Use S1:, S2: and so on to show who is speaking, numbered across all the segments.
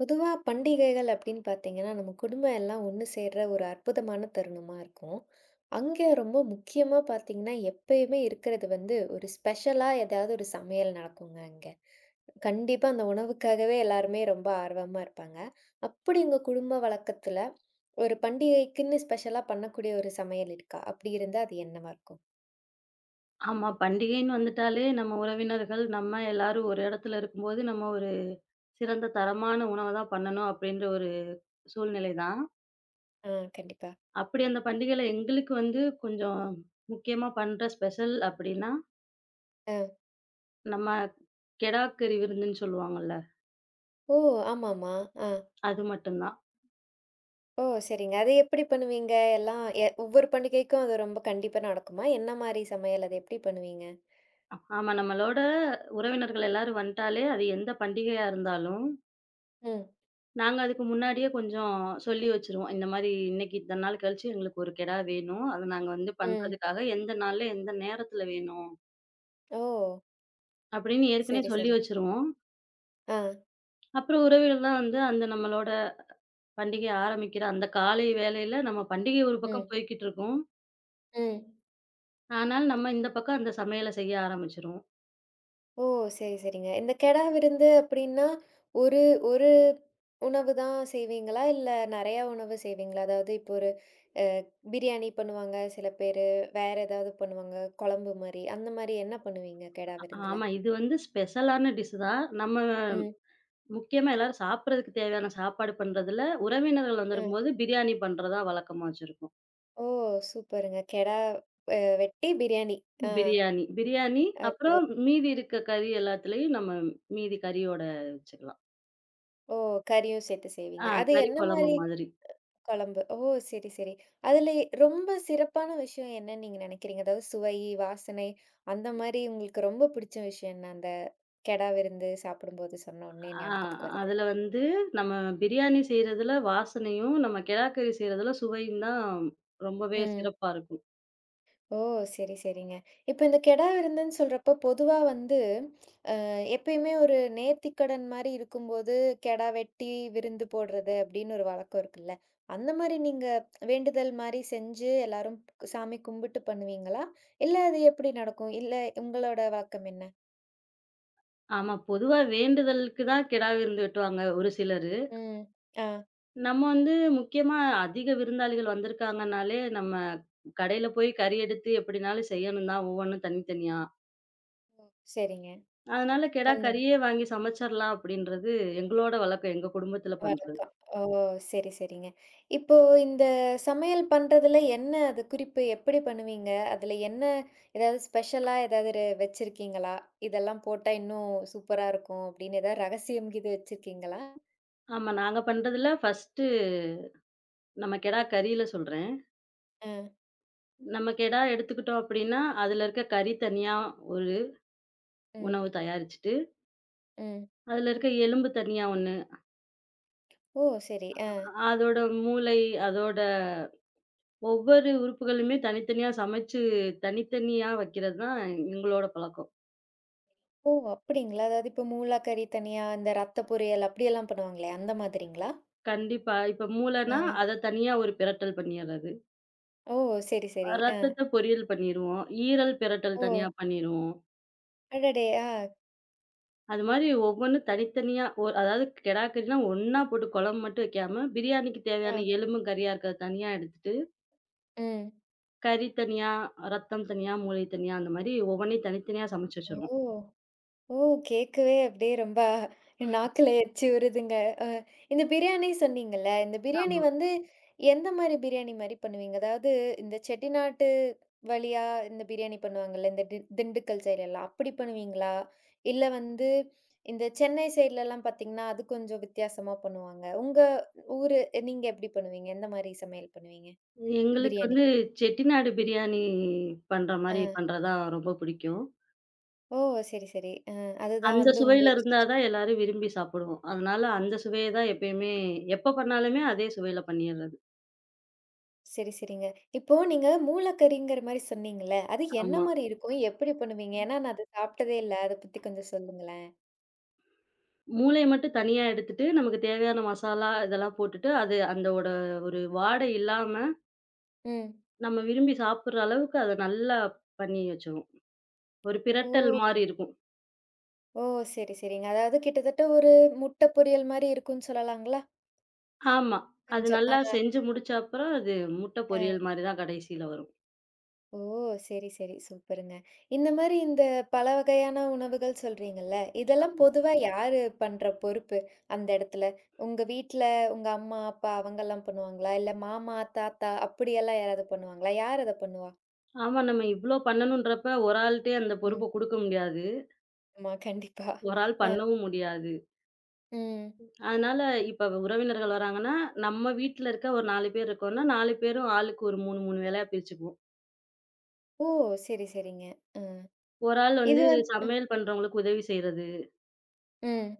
S1: பொதுவா பண்டிகைகள் அப்படின்னு பார்த்தீங்கன்னா, நம்ம குடும்பம் எல்லாம் ஒண்ணு சேர்ற ஒரு அற்புதமான தருணமா இருக்கும். அங்க ரொம்ப முக்கியமா பார்த்தீங்கன்னா, எப்பயுமே இருக்கிறது வந்து ஒரு ஸ்பெஷலா ஏதாவது ஒரு சமையல் நடக்குங்க அங்க. கண்டிப்பா அந்த உணவுக்காகவே எல்லாருமே ரொம்ப ஆர்வமா இருப்பாங்க. அப்படி உங்க குடும்ப வழக்கத்துல ஒரு பண்டிகைக்குன்னு ஸ்பெஷலா பண்ணக்கூடிய ஒரு சமையல் இருக்கா? அப்படி இருந்தா அது என்னவா இருக்கும்?
S2: ஆமா. பண்டிகைன்னு வந்துட்டாலே நம்ம உறவினர்கள், நம்ம எல்லாரும் ஒரு இடத்துல இருக்கும்போது, நம்ம ஒரு சிறந்த தரமான உணவ தான் பண்ணணும் அப்படின்ற ஒரு சூழ்நிலை தான்.
S1: ஆ, கண்டிப்பா.
S2: அப்படி அந்த பண்டிகையில எங்களுக்கு வந்து கொஞ்சம் முக்கியமா பண்ற ஸ்பெஷல் அப்படின்னா,
S1: ஆ.
S2: நம்ம கெடாக்கறி விருந்துன்னு சொல்லுவாங்கல்ல,
S1: ஓ! ஆமாமா. ஆ.
S2: அது மட்டும் தான்.
S1: ஓ! சரிங்க. அது எப்படி பண்ணுவீங்க? எல்லாம் ஒவ்வொரு பண்டிகைக்கும் அது ரொம்ப கண்டிப்பா நடக்குமா? என்ன மாரி சமையல்? அது எப்படி பண்ணுவீங்க?
S2: ஆமா நம்மளோட உறவினர்கள் எல்லாரும் வந்துட்டாலே, அது எந்த பண்டிகையா இருந்தாலும்
S1: ம்,
S2: நாங்க அதுக்கு முன்னாடியே கொஞ்சம் சொல்லி வச்சுருவோம். இந்த மாரி இன்னைக்கு இத்தன நாள் கழிச்சு எங்களுக்கு ஒரு கெடா வேணும். அத நாங்க வந்து
S1: ம்.
S2: பண்றதுக்காக எந்த நாள்ல, எந்த நேரத்துல வேணும்
S1: ஓ!
S2: அப்படின்னு ஏற்கனவே
S1: சரி,
S2: சொல்லி
S1: சரி.
S2: வச்சுருவோம்.
S1: ஆ.
S2: அப்புறம் உறவினர்லாம் வந்து அந்த நம்மளோட பண்டிகை ஆரம்பிக்கிற அந்த காலை வேளையில நம்ம பண்டிகை ஒரு பக்கம்
S1: ம்,
S2: போய்க்கிட்டு இருக்கும்.
S1: ம்.
S2: ஆனால் நம்ம இந்த பக்கம் அந்த சமையல செய்ய ஆரம்பிச்சுருவோம்.
S1: ஓ! சரி, சரிங்க. இந்த கெடா விருந்து அப்படின்னா, ஒரு ஒரு உணவு தான் செய்வீங்களா? இல்ல நெறையா உணவு செய்வீங்களா? அதாவது இப்போ ஒரு அ பிரியாணி பண்ணுவாங்க சில பேரு, வேற ஏதாவது பண்ணுவாங்க, குழம்பு மாரி. அந்த மாரி என்ன பண்ணுவீங்க கெடா விருந்துல?
S2: ஆமா இது வந்து ஸ்பெஷலான டிஷ் தான். நம்ம
S1: ம்.
S2: முக்கியமா எல்லாரும் சாப்பிடறதுக்கு தேவையான சாப்பாடு பண்றதுல, உறவினர்கள்
S1: அ.
S2: வந்திருக்கும்போது பிரியாணி பண்றதா வழக்கமா வச்சுருக்கோம்.
S1: ஓ! சூப்பருங்க. கெடா வெட்டி பிரியாணி. ஆ,
S2: பிரியாணி. பிரியாணி
S1: அற்புதம்.
S2: அப்புறம் மீதி இருக்க கறி எல்லாத்துலயும் நம்ம மீதி கறியோட வச்சுக்கலாம்.
S1: ஓ! கறியும் சேர்த்து
S2: ஆ
S1: செய்வீங்க. அது
S2: கறி
S1: என்ன
S2: குழம்பு
S1: மாரி
S2: மாதிரி.
S1: குழம்பு? ஓ! சரி, சரி. அதுல ரொம்ப சிறப்பான விஷயம் என்னன்னு நீங்க நினைக்கிறீங்க? அதாவது சுவை, வாசனை அந்த மாரி உங்களுக்கு ரொம்ப பிடிச்ச விஷயம் என்ன? அந்த கெடா விருந்து சாப்பிடும்போது சொன்ன உடனே
S2: ஆ
S1: ஞாபகத்துக்கு வர்றது.
S2: அதுல வந்து நம்ம பிரியாணி செய்றதுல வாசனையும், நம்ம கெடா கறி செய்றதுல சுவையும் தான் ரொம்பவே
S1: ம்.
S2: சிறப்பா இருக்கும்.
S1: ஓ! சரி, சரிங்க. இப்ப இந்த கெடா விருந்துன்னு சொல்றப்போ பொதுவா வந்து எப்பயுமே ஒரு நேர்த்திக்கடன் மாரி இருக்கும்போது, கெடா வெட்டி விருந்து போடுறது அப்படின்னு ஒரு வழக்கம் இருக்குல்ல. அந்த மாரி நீங்க வேண்டுதல் மாரி செஞ்சு எல்லாரும் சாமி கும்பிட்டு பண்ணுவீங்களா? இல்ல அது எப்படி நடக்கும்? இல்ல உங்களோட வழக்கம் என்ன?
S2: ஆமா. பொதுவா வேண்டுதலுக்கு தான் கெடா விருந்து வெட்டுவாங்க ஒரு சிலரு.
S1: ம். ஆ.
S2: நம்ம வந்து முக்கியமா அதிக விருந்தாளிகள் வந்திருக்காங்கனாலே, நம்ம கடையில போய் கறி எடுத்து எப்படினாலும் செய்யணும் தான் ஒவ்வொன்னும் தனித்தனியா.
S1: சரிங்க.
S2: அதனால கெடா
S1: அந்த
S2: கறியே வாங்கி சமைச்சர்லாம் அப்படின்றது எங்களோட வழக்கம், எங்க குடும்பத்தில பண்றது.
S1: வழக்கம். ஓ! சரி, சரிங்க. இப்போ இந்த சமையல் பண்றதுல என்ன அது குறிப்பு எப்படி பண்ணுவீங்க? அதுல என்ன ஏதாவது ஸ்பெஷலா ஏதாவது வச்சிருக்கீங்களா? இதெல்லாம் போட்டா இன்னும் சூப்பரா இருக்கும் அப்படின்னு ஏதாவது ரகசியம் கீது வச்சிருக்கீங்களா?
S2: ஆமா, நாங்க பண்றதுல ஃபர்ஸ்ட்டு நம்ம கெடா கறியில சொல்றேன்.
S1: அ,
S2: நம்ம கெடா எடுத்துக்கிட்டோம் அப்படின்னா, அதுல இருக்க கறி தனியா ஒரு
S1: ம்,
S2: உணவு தயாரிச்சுட்டு,
S1: ம்.
S2: அதுல இருக்க எலும்பு தனியா ஒண்ணு,
S1: ஓ! சரி. அ.
S2: அதோட மூளை, அதோட ஒவ்வொரு உறுப்புகளுமே தனித்தனியா சமைச்சு, தனித்தனியா வைக்கிறது தான் எங்களோட பழக்கம்.
S1: ஓ! அப்படிங்களா? அதாவது இப்போ மூலாக்கறி தனியா, இந்த ரத்த பொரியல் அப்படியெல்லாம் பண்ணுவாங்களே அந்த மாதிரிங்களா?
S2: கண்டிப்பா. இப்ப மூளைனா,
S1: ஆ.
S2: அத தனியா ஒரு பிரட்டல் பண்ணிர்றது.
S1: ஓ! சரி, சரி. அ.
S2: ரத்தத்த பொரியல் பண்ணிருவோம். ஈரல் பிரட்டல்
S1: ஓ!
S2: தனியா பண்ணிருவோம்.
S1: அடடே! ஆ.
S2: அது மாரி ஒவ்வொன்னும் தனித்தனியா அதாவது கெடா கறினா ஒண்ணா போட்டு குழம்பு மட்டும் வைக்காம, பிரியாணிக்கு
S1: அ.
S2: தேவையான எலும்பும், கறியா இருக்கிறது தனியா எடுத்துட்டு,
S1: ம்.
S2: கறி தனியா, ரத்தம் தனியா, மூளை தனியா அந்த மாரி ஒவ்வொன்னையும் தனித்தனியா சமைச்சு வச்சுருவோம்.
S1: ஓ! ஓ! கேட்கவே அப்படியே ரொம்ப நாக்குல எச்சி ஊறுதுங்க. அ, இந்த பிரியாணி சொன்னீங்கல்ல, இந்த பிரியாணி
S2: ஆமா.
S1: வந்து எந்த மாரி பிரியாணி மாரி பண்ணுவீங்க? அதாவது இந்த செட்டிநாட்டு வழியா இந்த பிரியாணி பண்ணுவாங்கல்ல, இந்த திண்டுக்கல் சைடுலலாம் அப்படி பண்ணுவீங்களா? இல்ல வந்து இந்த சென்னை சைடுலலாம் பார்த்தீங்கன்னா, அது கொஞ்சம் வித்தியாசமா பண்ணுவாங்க. உங்க ஊரு நீங்க எப்படி பண்ணுவீங்க? எந்த மாரி சமையல் பண்ணுவீங்க?
S2: எங்களுக்கு
S1: பிரியாணி.
S2: வந்து செட்டிநாடு பிரியாணி பண்ற மாரி
S1: அ.
S2: பண்றதா ரொம்ப பிடிக்கும்.
S1: ஓ! சரி, சரி. அ, அதுதான்
S2: அந்த
S1: வந்து உங்க
S2: சுவையில
S1: ஊரு
S2: இருந்தா
S1: ஸ்பெஷல்.
S2: தான் எல்லாரும் விரும்பி சாப்பிடுவோம். அதனால அந்த சுவைய தான் எப்பயுமே எப்ப பண்ணாலுமே அதே சுவையில பண்ணிர்றது.
S1: சரி, சரிங்க. இப்போ நீங்க மூலக்கறிங்கிற மாரி சொன்னீங்கல்ல, அது என்ன
S2: ஆமா.
S1: மாரி ம். இருக்கும்? எப்படி பண்ணுவீங்க? ஏன்னா நான் அது சாப்பிட்டதே இல்ல. அத பத்தி கொஞ்சம் சொல்லுங்களேன்.
S2: மூளைய மட்டும் தனியா எடுத்துட்டு, நமக்கு தேவையான மசாலா இதெல்லாம் போட்டுட்டு, அது அந்தோட ஒரு வாடை இல்லாம,
S1: ம்.
S2: நம்ம விரும்பி சாப்பிடுற அளவுக்கு அத நல்லா பண்ணி வச்சுருவோம். ஒரு பிரட்டல்
S1: ஓ!
S2: மாரி இருக்கும்.
S1: ஓ! சரி, சரிங்க. அதாவது கிட்டத்தட்ட ஒரு முட்டை பொரியல் மாரி இருக்கும்னு சொல்லலாங்களா?
S2: ஆமா. அது
S1: கொஞ்சம்.
S2: நல்லா
S1: ஆ,
S2: செஞ்சு முடிச்ச அப்புறம், அது முட்டை
S1: ஆ.
S2: பொரியல் மாரி தான் கடைசில வரும்.
S1: ஓ! சரி, சரி. சூப்பருங்க. இந்த மாரி இந்த பல வகையான உணவுகள் சொல்றீங்கல்ல, இதெல்லாம்
S2: ஆமா.
S1: பொதுவா யாரு பண்ற பொறுப்பு அந்த இடத்துல? உங்க வீட்ல உங்க அம்மா, அப்பா அவங்கலாம் பண்ணுவாங்களா? இல்ல மாமா, தாத்தா அப்படியெல்லாம் யாராவது பண்ணுவாங்களா? யார் அத பண்ணுவா?
S2: ஆமா. நம்ம இவ்ளோ பண்ணணுன்றப்ப, ஒரு ஆள்ட்டயே அந்த பொறுப்ப குடுக்க முடியாது.
S1: ஆமா, கண்டிப்பா.
S2: ஒரு ஆள்
S1: அ,
S2: பண்ணவும் முடியாது.
S1: ம்.
S2: அதனால இப்ப உறவினர்கள் வராங்கன்னா, நம்ம வீட்ல இருக்க ஒரு 4 பேர் இருக்கோம்னா, 4 பேரும் ஆளுக்கு ஒரு 3, 3 வேலையா பிரிச்சுக்குவோம்.
S1: ஓ! சரி, சரிங்க. அ.
S2: ஒரு ஆள்
S1: இது
S2: வந்து
S1: வந்து ம்,
S2: சமையல் பண்றவங்களுக்கு உதவி செய்றது.
S1: ம்.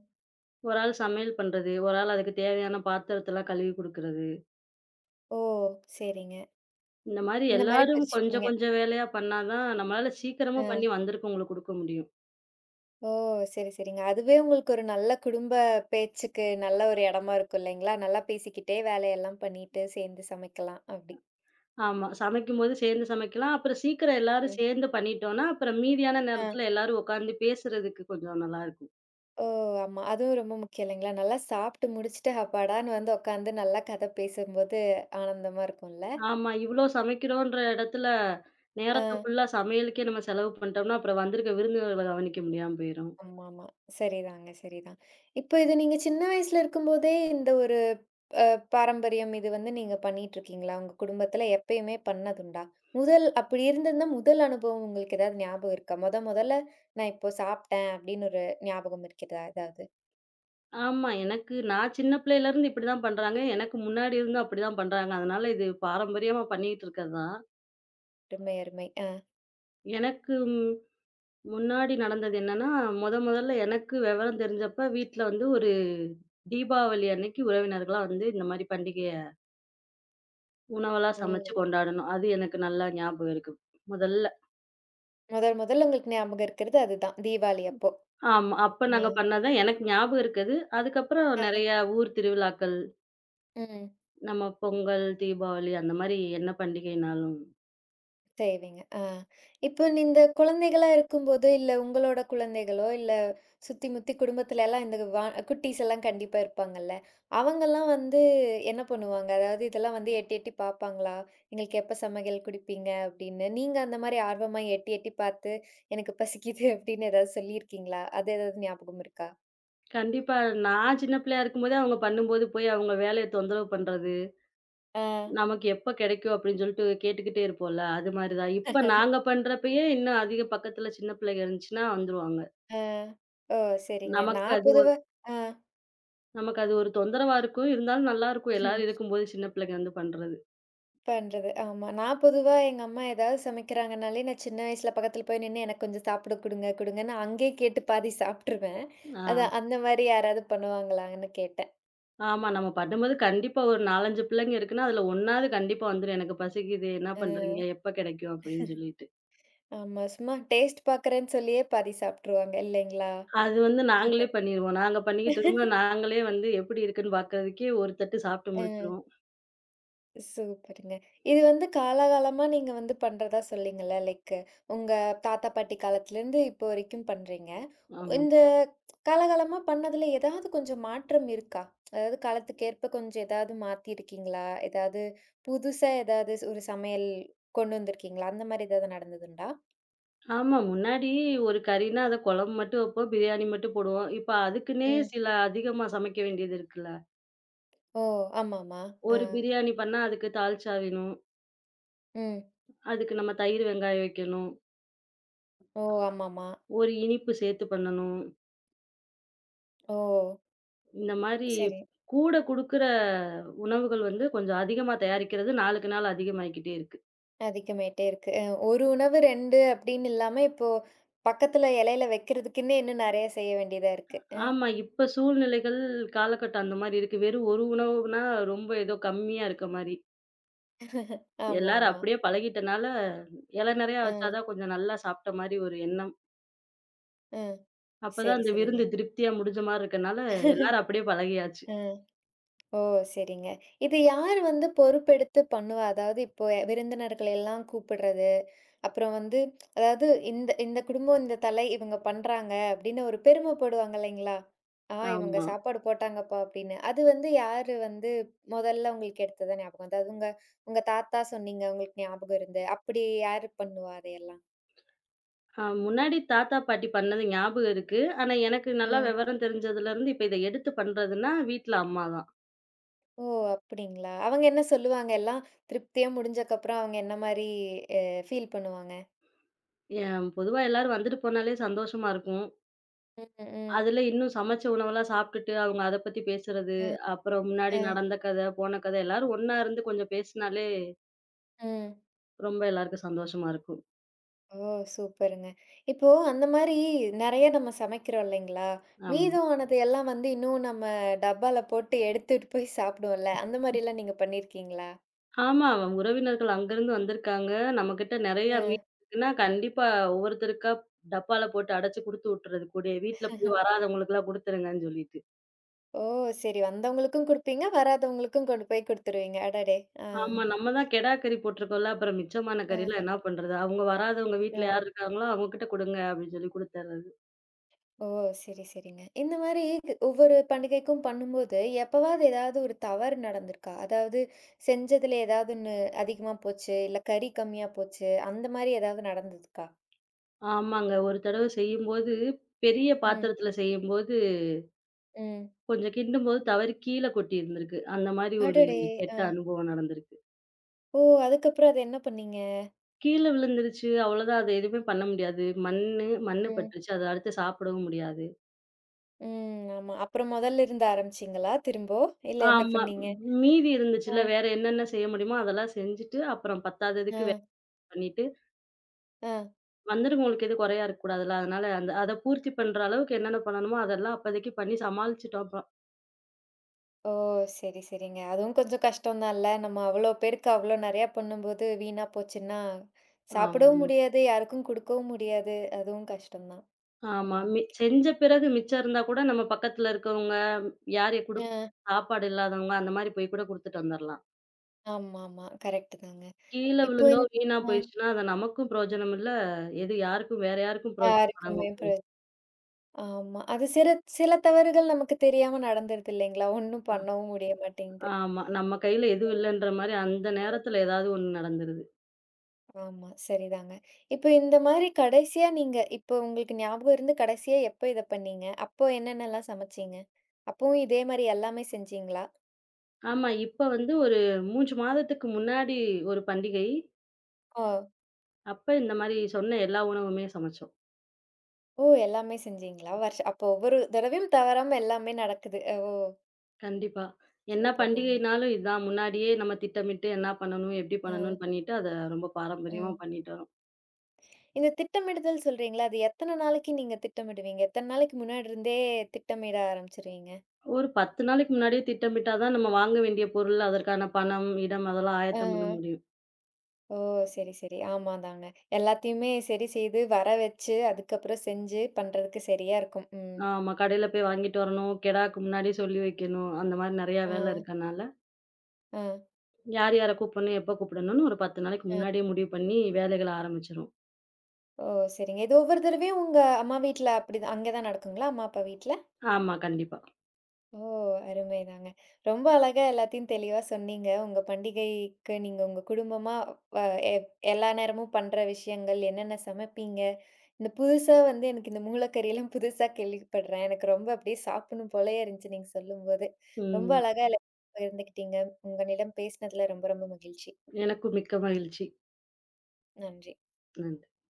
S2: ஒரு ஆள் சமையல் பண்றது. ஒரு ஆள் அதுக்கு தேவையான பாத்திரத்தலாம் கழுவி குடுக்குறது.
S1: ஓ! சரிங்க.
S2: இந்த மாரி
S1: இந்த மாரி
S2: எல்லாரும் கொஞ்சம்
S1: பிரிச்சுப்பீங்க.
S2: கொஞ்சம் வேலையா பண்ணா தான் நம்மளால சீக்கிரமா
S1: அ.
S2: பண்ணி வந்திருக்கவங்களுக்கு குடுக்க முடியும்.
S1: ஓ! சரி, சரிங்க. அதுவே உங்களுக்கு ஒரு நல்ல குடும்ப பேச்சுக்கு நல்ல ஒரு இடமா இருக்கும் இல்லைங்களா? நல்லா பேசிக்கிட்டே வேலையெல்லாம் பண்ணிட்டு சேர்ந்து சமைக்கலாம் அப்படி.
S2: ஆமா. சமைக்கும்போது சேர்ந்து சமைக்கலாம். அப்புறம் சீக்கிரம் எல்லாரும்
S1: ம்.
S2: சேர்ந்து பண்ணிட்டோம்னா, அப்புறம் மீதியான
S1: அ.
S2: நேரத்துல எல்லாரும் உட்காந்து பேசுறதுக்கு கொஞ்சம் நல்லாருக்கும்.
S1: ஓ! ஆமா. அதுவும் ரொம்ப முக்கியம் இல்லைங்களா? நல்லா சாப்பிட்டு முடிச்சுட்டு, அப்பாடான்னு வந்து உட்காந்து நல்லா கதை பேசும்போது ஆனந்தமா இருக்கும்ல?
S2: ஆமா. இவ்ளோ சமைக்கிறோன்ற இடத்துல
S1: அ.
S2: நேரத்த ஃபுல்லா சமையலுக்கே நம்ம செலவு பண்ணிட்டோம்னா, அப்புறம் வந்திருக்க விருந்தினர்கள கவனிக்க முடியாம போயிரும்.
S1: ஆமாமா. சரிதாங்க, சரிதான். இப்ப இது நீங்க சின்ன வயசுல இருக்கும்போதே இந்த ஒரு அ பாரம்பரியம் இது வந்து நீங்க பண்ணிட்டுருக்கீங்களா? உங்க குடும்பத்துல எப்பயுமே பண்ணதுண்டா? முதல் அப்படி இருந்திருந்தா முதல் அனுபவம் உங்களுக்கு ஏதாவது ஞாபகம் இருக்கா? மொத மொதல்ல நான் இப்போ சாப்பிட்டேன் அப்படின்னு ஒரு ஞாபகம் இருக்கிறதா ஏதாவது?
S2: ஆமா. எனக்கு நான் சின்ன பிள்ளையிலருந்து இப்படிதான் பண்றாங்க. எனக்கு முன்னாடி இருந்தும் அப்படிதான் பண்றாங்க. அதனால இது பாரம்பரியமா பண்ணிக்கிட்டு இருக்கிறது தான்.
S1: அருமை, அருமை. ஆ.
S2: எனக்கு முன்னாடி நடந்தது என்னன்னா, மொதல்ல எனக்கு விவரம் தெரிஞ்சப்ப வீட்ல வந்து ஒரு தீபாவளி அன்னைக்கு உறவினர்களா வந்து இந்த மாரி பண்டிகைய உணவெல்லாம்
S1: ஓ!
S2: சமைச்சு கொண்டாடணும். அது எனக்கு நல்லா ஞாபகம் இருக்கு. முதல்ல.
S1: முதல் முதல்ல உங்களுக்கு ஞாபகம் இருக்கிறது அதுதான். தீபாவளி அப்போ.
S2: ஆமா. அப்ப நாங்க
S1: அ.
S2: பண்ணது தான் எனக்கு ஞாபகம் இருக்குது. அதுக்கப்புறம்
S1: அ.
S2: நெறைய ஊர் திருவிழாக்கள்,
S1: ம்.
S2: நம்ம பொங்கல், தீபாவளி அந்த மாரி என்ன பண்டிகைனாலும்
S1: செய்வீங்க. ஆ. இப்போ இந்த குழந்தைகளா இருக்கும்போது, இல்ல உங்களோட குழந்தைகளோ, இல்ல சுத்தி முத்தி குடும்பத்துல எல்லாம் இந்த குட்டீஸ் எல்லாம் கண்டிப்பா இருப்பாங்கல்ல. அவங்கலாம் வந்து என்ன பண்ணுவாங்க? அதாவது இதெல்லாம் வந்து எட்டி எட்டி பார்ப்பாங்களா? "எங்களுக்கு எப்ப சமையல் குடுப்பீங்க?" அப்படின்னு. நீங்க அந்த மாரி ஆர்வமா எட்டி எட்டி பார்த்து, "எனக்கு பசிக்குது" அப்படின்னு ஏதாவது சொல்லியிருக்கீங்களா? அது ஏதாவது ஞாபகம் இருக்கா?
S2: கண்டிப்பா. நான் சின்ன பிள்ளையா இருக்கும்போதே அவங்க பண்ணும்போது போய் அவங்க வேலைய தொந்தரவு பண்றது,
S1: ஆ.
S2: நமக்கு எப்ப கிடைக்கும் அப்படின்னு சொல்லிட்டு கேட்டுக்கிட்டே இருப்போம்ல, அது மாரி தான். இப்ப நாங்க பண்றப்பயே இன்னும் அதிக பக்கத்துல சின்ன பிள்ளைங்க இருந்துச்சுன்னா வந்துருவாங்க.
S1: ஆ. ஓ! சரிங்க.
S2: நமக்கு
S1: நான்
S2: அது ஒரு
S1: பொதுவா ஆ.
S2: நமக்கு அது ஒரு தொந்தரவா இருக்கும். இருந்தாலும் நல்லாருக்கும் எல்லாரும் இருக்கும்போது சின்ன பிள்ளைங்க வந்து பண்றது.
S1: பண்றது. ஆமா. நான் பொதுவா எங்க அம்மா ஏதாவது சமைக்கிறாங்கனாலே, நான் சின்ன வயசுல பக்கத்துல போய் நின்னு, "எனக்கு கொஞ்சம் சாப்பிட குடுங்க, குடுங்கன்னு" அங்கேயே கேட்டு பாதி சாப்ட்டுருவேன்.
S2: ஆ.
S1: அதான் அந்த மாரி யாராவது பண்ணுவாங்களான்னு கேட்டேன்.
S2: ஆமா. நம்ம பண்ணும்போது கண்டிப்பா ஒரு 4, 5 பிள்ளைங்க இருக்குன்னா, அதுல ஒண்ணாவது கண்டிப்பா வந்துரும். "எனக்கு பசிக்குது, என்ன
S1: அ,
S2: பண்றீங்க? எப்ப கிடைக்கும்?" அப்படின்னு சொல்லிட்டு.
S1: ஆமா. சும்மா டேஸ்ட் பாக்குறேன்னு சொல்லியே பாதி சாப்ட்டுருவாங்க இல்லைங்களா?
S2: அது வந்து நாங்களே பண்ணிருவோம். நாங்க பண்ணிக்கிட்டு இருக்கும்போது, நாங்களே வந்து எப்படி இருக்குன்னு பார்க்கறதுக்கே ஒரு தட்டு சாப்பிட்டு
S1: அ,
S2: முடிச்சுருவோம்.
S1: சூப்பருங்க. இது வந்து காலாகாலமா நீங்க வந்து பண்றதா சொன்னீங்கல்ல. லைக் உங்க தாத்தா, பாட்டி காலத்துலருந்து இப்போ வரைக்கும் பண்றீங்க.
S2: ஆமா.
S1: இந்த காலகாலமா பண்ணதுல ஏதாவது கொஞ்சம் மாற்றம் இருக்கா? அதாவது காலத்துக்கேற்ப கொஞ்சம் ஏதாவது மாத்தியிருக்கீங்களா? ஏதாவது புதுசா ஏதாவது ஒரு சமையல் கொண்டு வந்திருக்கீங்களா? அந்த மாரி ஏதாவது நடந்ததுண்டா?
S2: ஆமா. முன்னாடி ஒரு கறின்னா, அத குழம்பு மட்டும் வைப்போம். பிரியாணி மட்டும் போடுவோம். இப்ப அதுக்குன்னே
S1: ம்.
S2: சில அதிகமா சமைக்க வேண்டியது இருக்குல்ல.
S1: ஓ! ஆமாமா. ஆ.
S2: ஒரு பிரியாணி பண்ணா, அதுக்கு தால்ச்சா வேணும்.
S1: ம்.
S2: அதுக்கு நம்ம தயிர், வெங்காயம் வைக்கணும்.
S1: ஓ! ஆமாமா.
S2: ஒரு இனிப்பு சேர்த்து பண்ணணும்.
S1: ஓ!
S2: இந்த மாரி
S1: சரி.
S2: கூட குடுக்குற உணவுகள் வந்து கொஞ்சம் அதிகமா தயாரிக்கிறது நாளுக்கு நாள் அதிகமாயிக்கிட்டே இருக்கு.
S1: அதிகமாயிட்டே இருக்கு. அ, ஒரு உணவு 2 அப்படின்னு இல்லாம இப்போ பக்கத்துல இலையில வைக்கிறதுக்குன்னே இன்னும் நெறைய செய்ய வேண்டியதா இருக்கு. அ
S2: ஆமா. இப்ப சூழ்நிலைகள், காலகட்டம் அந்த மாரி இருக்கு. வெறும் ஒரு உணவுனா ரொம்ப ஏதோ கம்மியா இருக்க மாரி. எல்லாரும்
S1: ஆமாமா.
S2: அப்படியே பழகிட்டனால, இல நெறையா
S1: அ,
S2: வச்சா தான் கொஞ்சம் நல்லா சாப்ட்ட மாரி ஒரு எண்ணம்.
S1: அ.
S2: அப்பதான்
S1: சரி,
S2: அந்த
S1: சரிங்க.
S2: விருந்து திருப்தியா முடிஞ்ச மாரி இருக்கனால, எல்லாரும் அப்படியே பழகியாச்சு.
S1: அ. ஓ! சரிங்க. இது யார் வந்து பொறுப்பெடுத்து பண்ணுவா? அதாவது இப்போ விருந்தினர்களை எல்லாம் கூப்பிடுறது, அப்புறம் வந்து அதாவது இந்த இந்த குடும்பம் இந்த தலை இவங்க பண்றாங்க அப்படின்னு ஒரு பெருமைப்படுவாங்க இல்லைங்களா? ஆ இவங்க
S2: ஆமா.
S1: சாப்பாடு போட்டாங்கப்பா அப்படின்னு. அது வந்து யாரு வந்து முதல்ல உங்களுக்கு எடுத்ததா ஞாபகம்? அதாவது உங்க உங்க தாத்தா சொன்னீங்க உங்களுக்கு ஞாபகம் இருந்து. அப்படி யாரு பண்ணுவா அதையெல்லாம்?
S2: முன்னாடி தாத்தா, பாட்டி பண்ணது ஞாபகம் இருக்கு. ஆனா எனக்கு நல்லா
S1: ம்.
S2: விவரம் தெரிஞ்சதுலருந்து, இப்ப இத எடுத்து பண்றதுன்னா, வீட்ல அம்மா தான்.
S1: ஓ! அப்படிங்களா? அவங்க என்ன சொல்லுவாங்க? எல்லாம் திருப்தியா முடிஞ்சக்கப்புறம் அவங்க என்ன மாரி அ ஃபீல் பண்ணுவாங்க?
S2: எ பொதுவா எல்லாரும் வந்துட்டு போனாலே சந்தோஷமா இருக்கும்.
S1: ம், ம்.
S2: அதுல இன்னும் சமைச்ச உணவெல்லாம் சாப்பிட்டுட்டு, அவங்க அத பத்தி பேசுறது,
S1: அ.
S2: அப்புறம் முன்னாடி
S1: அ.
S2: நடந்த கதை, போன கதை எல்லாரும் ஒண்ணா இருந்து கொஞ்சம் பேசுனாலே
S1: ம்.
S2: ரொம்ப எல்லாருக்கும் சந்தோஷமா இருக்கும்.
S1: ஓ! சூப்பருங்க. இப்போ அந்த மாரி நெறைய நம்ம சமைக்கிறோம் இல்லைங்களா?
S2: ஆமா.
S1: மீதம் ஆனது எல்லாம் வந்து இன்னும் நம்ம டப்பால போட்டு எடுத்துட்டு போய் சாப்பிடுவோம்ல. அந்த மாரிலாம் நீங்க பண்ணியிருக்கீங்களா?
S2: ஆமா. அவன் உறவினர்கள் அங்கருந்து வந்திருக்காங்க. நம்மகிட்ட நெறைய
S1: அ.
S2: மீதி இருக்குன்னா, கண்டிப்பா ஒவ்வொருத்தருக்கா டப்பால போட்டு அடைச்சு குடுத்து விட்டுறது கூடயே. வீட்ல போய் வராதவங்களுக்கெல்லாம் குடுத்துருங்கன்னு சொல்லிட்டு.
S1: ஓ! சரி, வந்தவங்களுக்கும் குடுப்பீங்க, வராதவங்களுக்கும் கொண்டு போய் குடுத்துருவீங்க. அடடே! ஆ.
S2: ஆமா. நம்ம தான் கெடா கறி போட்டுருக்கோம்ல, அப்புறம் மிச்சமான கறிலாம்
S1: அ.
S2: என்ன பண்றது? அவங்க வராதவங்க
S1: ஓ.
S2: வீட்ல யார் இருக்காங்களோ, அவங்க கிட்ட குடுங்க அப்படின்னு சொல்லி குடுத்துர்றது.
S1: ஓ! சரி, சரிங்க. இந்த மாரி ஒவ்வொரு பண்டிகைக்கும் பண்ணும்போது, எப்பவாவது ஏதாவது ஒரு தவறு நடந்திருக்கா? அதாவது செஞ்சதுல ஏதாவது ஒண்ணு அதிகமா போச்சு, இல்ல கறி கம்மியா போச்சு, அந்த மாரி ஏதாவது நடந்ததுக்கா?
S2: ஆமாங்க. ஒரு தடவ செய்யும்போது, பெரிய
S1: ம்.
S2: பாத்திரத்தில செய்யும்போது,
S1: ம்.
S2: கொஞ்சம் கிண்டும்போது தவறி கீழ கொட்டியிருந்திருக்கு. அந்த மாரி ஒரு
S1: அடடே!
S2: கெட்ட
S1: அ.
S2: அனுபவம் நடந்திருக்கு.
S1: ஓ! அதுக்கப்புறம் அத என்ன பண்ணீங்க?
S2: கீழ விழுந்துருச்சு. அவ்வளோதான். அது எதுவுமே பண்ண முடியாது. மண்ணு மண்ணு
S1: ம்.
S2: பட்டுருச்சு. அத அடுத்து சாப்பிடவும் முடியாது.
S1: ம். ஆமா. அப்புறம் மொதல்ல இருந்து ஆரம்பிச்சீங்களா திரும்போ? இல்ல என்ன
S2: ஆமா.
S1: பண்ணீங்க?
S2: மீதி இருந்துச்சுல்ல,
S1: அ.
S2: வேற என்னென்ன செய்ய முடியுமோ அதெல்லாம் செஞ்சுட்டு, அப்புறம் பத்தாததுக்கு வேற
S1: அ,
S2: பண்ணிட்டு,
S1: அ.
S2: வந்துருங்க உங்களுக்கு எதுவும் குறையா இருக்கக்கூடாதுல்ல. அதனால அத பூர்த்தி பண்ற அளவுக்கு என்னென்ன பண்ணணுமோ அதெல்லாம் அப்போதைக்கு பண்ணி சமாளிச்சுட்டோம் அப்புறம்.
S1: ஓ! சரி, சரிங்க. அதுவும் கொஞ்சம் கஷ்டம் தான்ல. நம்ம அவ்ளோ பேருக்கு அவ்ளோ நெறையா பண்ணும்போது வீணா போச்சுன்னா, சாப்பிடவும்
S2: ஆமா.
S1: முடியாது, யாருக்கும் குடுக்கவும் முடியாது. அதுவும் கஷ்டம் தான்.
S2: ஆமா.
S1: ம்.
S2: செஞ்ச பிறகு மிச்சம் இருந்தா கூட நம்ம பக்கத்துல இருக்கவங்க, யார் குடுக்
S1: அ.
S2: சாப்பாடு இல்லாதவங்க அந்த மாரி போய் கூட குடுத்துட்டு வந்துரலாம்.
S1: ஆமாமா. கரெக்ட் தாங்க.
S2: கீழ
S1: இப்போ
S2: விழுந்தோ, வீணா
S1: அ,
S2: போயிருச்சுன்னா, அது நமக்கும் பிரயோஜனம் இல்ல. எது யாருக்கும் பிரயோஜனம் வராம
S1: யாருக்குமே பிர,
S2: போயிரும்.
S1: ஆமா. அது சில சில தவறுகள் நமக்கு தெரியாம நடந்துருது இல்லைங்களா? ஒண்ணும்
S2: ஆ
S1: பண்ணவும் முடிய மாட்டேங்குது.
S2: ஆமா. நம்ம கையில எதுவும் இல்லன்ற மாரி அந்த நேரத்துல ஏதாவது ஒண்ணு நடந்துருது.
S1: ஆமா. சரிதாங்க. இப்ப இந்த மாரி கடைசியா நீங்க இப்ப உங்களுக்கு ஞாபகம் இருந்து கடைசியா எப்ப இத பண்ணீங்க? அப்போ என்னென்னலாம் சமைச்சீங்க? அப்பவும் இதே மாரி எல்லாமே செஞ்சீங்களா?
S2: ஆமா. இப்ப வந்து ஒரு 3 மாதத்துக்கு முன்னாடி ஒரு பண்டிகை.
S1: ஓ!
S2: அப்ப இந்த மாரி சொன்ன எல்லா உணவுமே சமைச்சோம்.
S1: ஓ! எல்லாமே செஞ்சீங்களா? வருஷ அப்போ ஒவ்வொரு தடவையும் தவறாம எல்லாமே நடக்குது. ஓ!
S2: கண்டிப்பா. என்ன
S1: சூப்பர் தாங்க.
S2: பண்டிகைனாலும் இதான். முன்னாடியே நம்ம திட்டமிட்டு என்ன பண்ணணும், எப்படி
S1: அ,
S2: பண்ணணும்னு பண்ணிட்டு, அத ரொம்ப பாரம்பரியமா
S1: ம்.
S2: பண்ணிட்டு வரோம்.
S1: இந்த திட்டமிடுதல் சொல்றீங்களா? அது எத்தன நாளைக்கு நீங்க திட்டமிடுவீங்க? எத்தன நாளைக்கு முன்னாடி இருந்தே திட்டமிட ஆரம்பிச்சுருவீங்க?
S2: ஒரு 10 நாளைக்கு முன்னாடியே திட்டமிட்டா தான் நம்ம வாங்க வேண்டிய பொருள், அதற்கான பணம், இடம் அதெல்லாம்
S1: ஆ.
S2: ஆயத்தம் பண்ண முடியும்.
S1: ஓ! சரி, சரி. ஆமாந்தாங்க. எல்லாத்தையுமே சரி செய்து, வர வச்சு, அதுக்கப்புறம் செஞ்சு பண்றதுக்கு சரியா இருக்கும். ம்.
S2: ஆமா. கடையில போய் வாங்கிட்டு வரணும், கெடாக்கு முன்னாடியே சொல்லி வைக்கணும். அந்த மாரி நெறையா
S1: ஆ,
S2: வேல இருக்கனால,
S1: ஆ.
S2: யார் யார கூப்பிடணும், எப்ப கூப்பிடணும்னு ஒரு 10 நாளைக்கு முன்னாடியே முடிவு பண்ணி வேலைகள ஆரம்பிச்சுருவோம்.
S1: ஓ! சரிங்க. இது ஒவ்வொரு தடவையும் உங்க அம்மா வீட்ல அப்படிதான் அங்க தான் நடக்குங்களா? அம்மா, அப்பா வீட்ல?
S2: ஆமா. கண்டிப்பா.
S1: ஓ! அருமைதாங்க. ரொம்ப அழகா எல்லாத்தையும் தெளிவா சொன்னீங்க. உங்க பண்டிகைக்கு நீங்க உங்க குடும்பமா வ எ எல்லா நேரமும் பண்ற விஷயங்கள், என்னென்ன சமைப்பீங்க? இந்த புதுசா வந்து எனக்கு இந்த மூலக்கறிலாம் புதுசா கேள்விப்படுறேன். எனக்கு ரொம்ப அப்படியே சாப்பிடணும் போலயே இருந்துச்சு நீங்க சொல்லும்போது. ரொம்ப
S2: ம்.
S1: அழகா எல்லாத்தையும் பகிர்ந்துக்கிட்டீங்க. உங்களிடம் பேசினதுல ரொம்ப ரொம்ப மகிழ்ச்சி.
S2: எனக்கும் மிக்க மகிழ்ச்சி.
S1: நன்றி.
S2: நன்றி.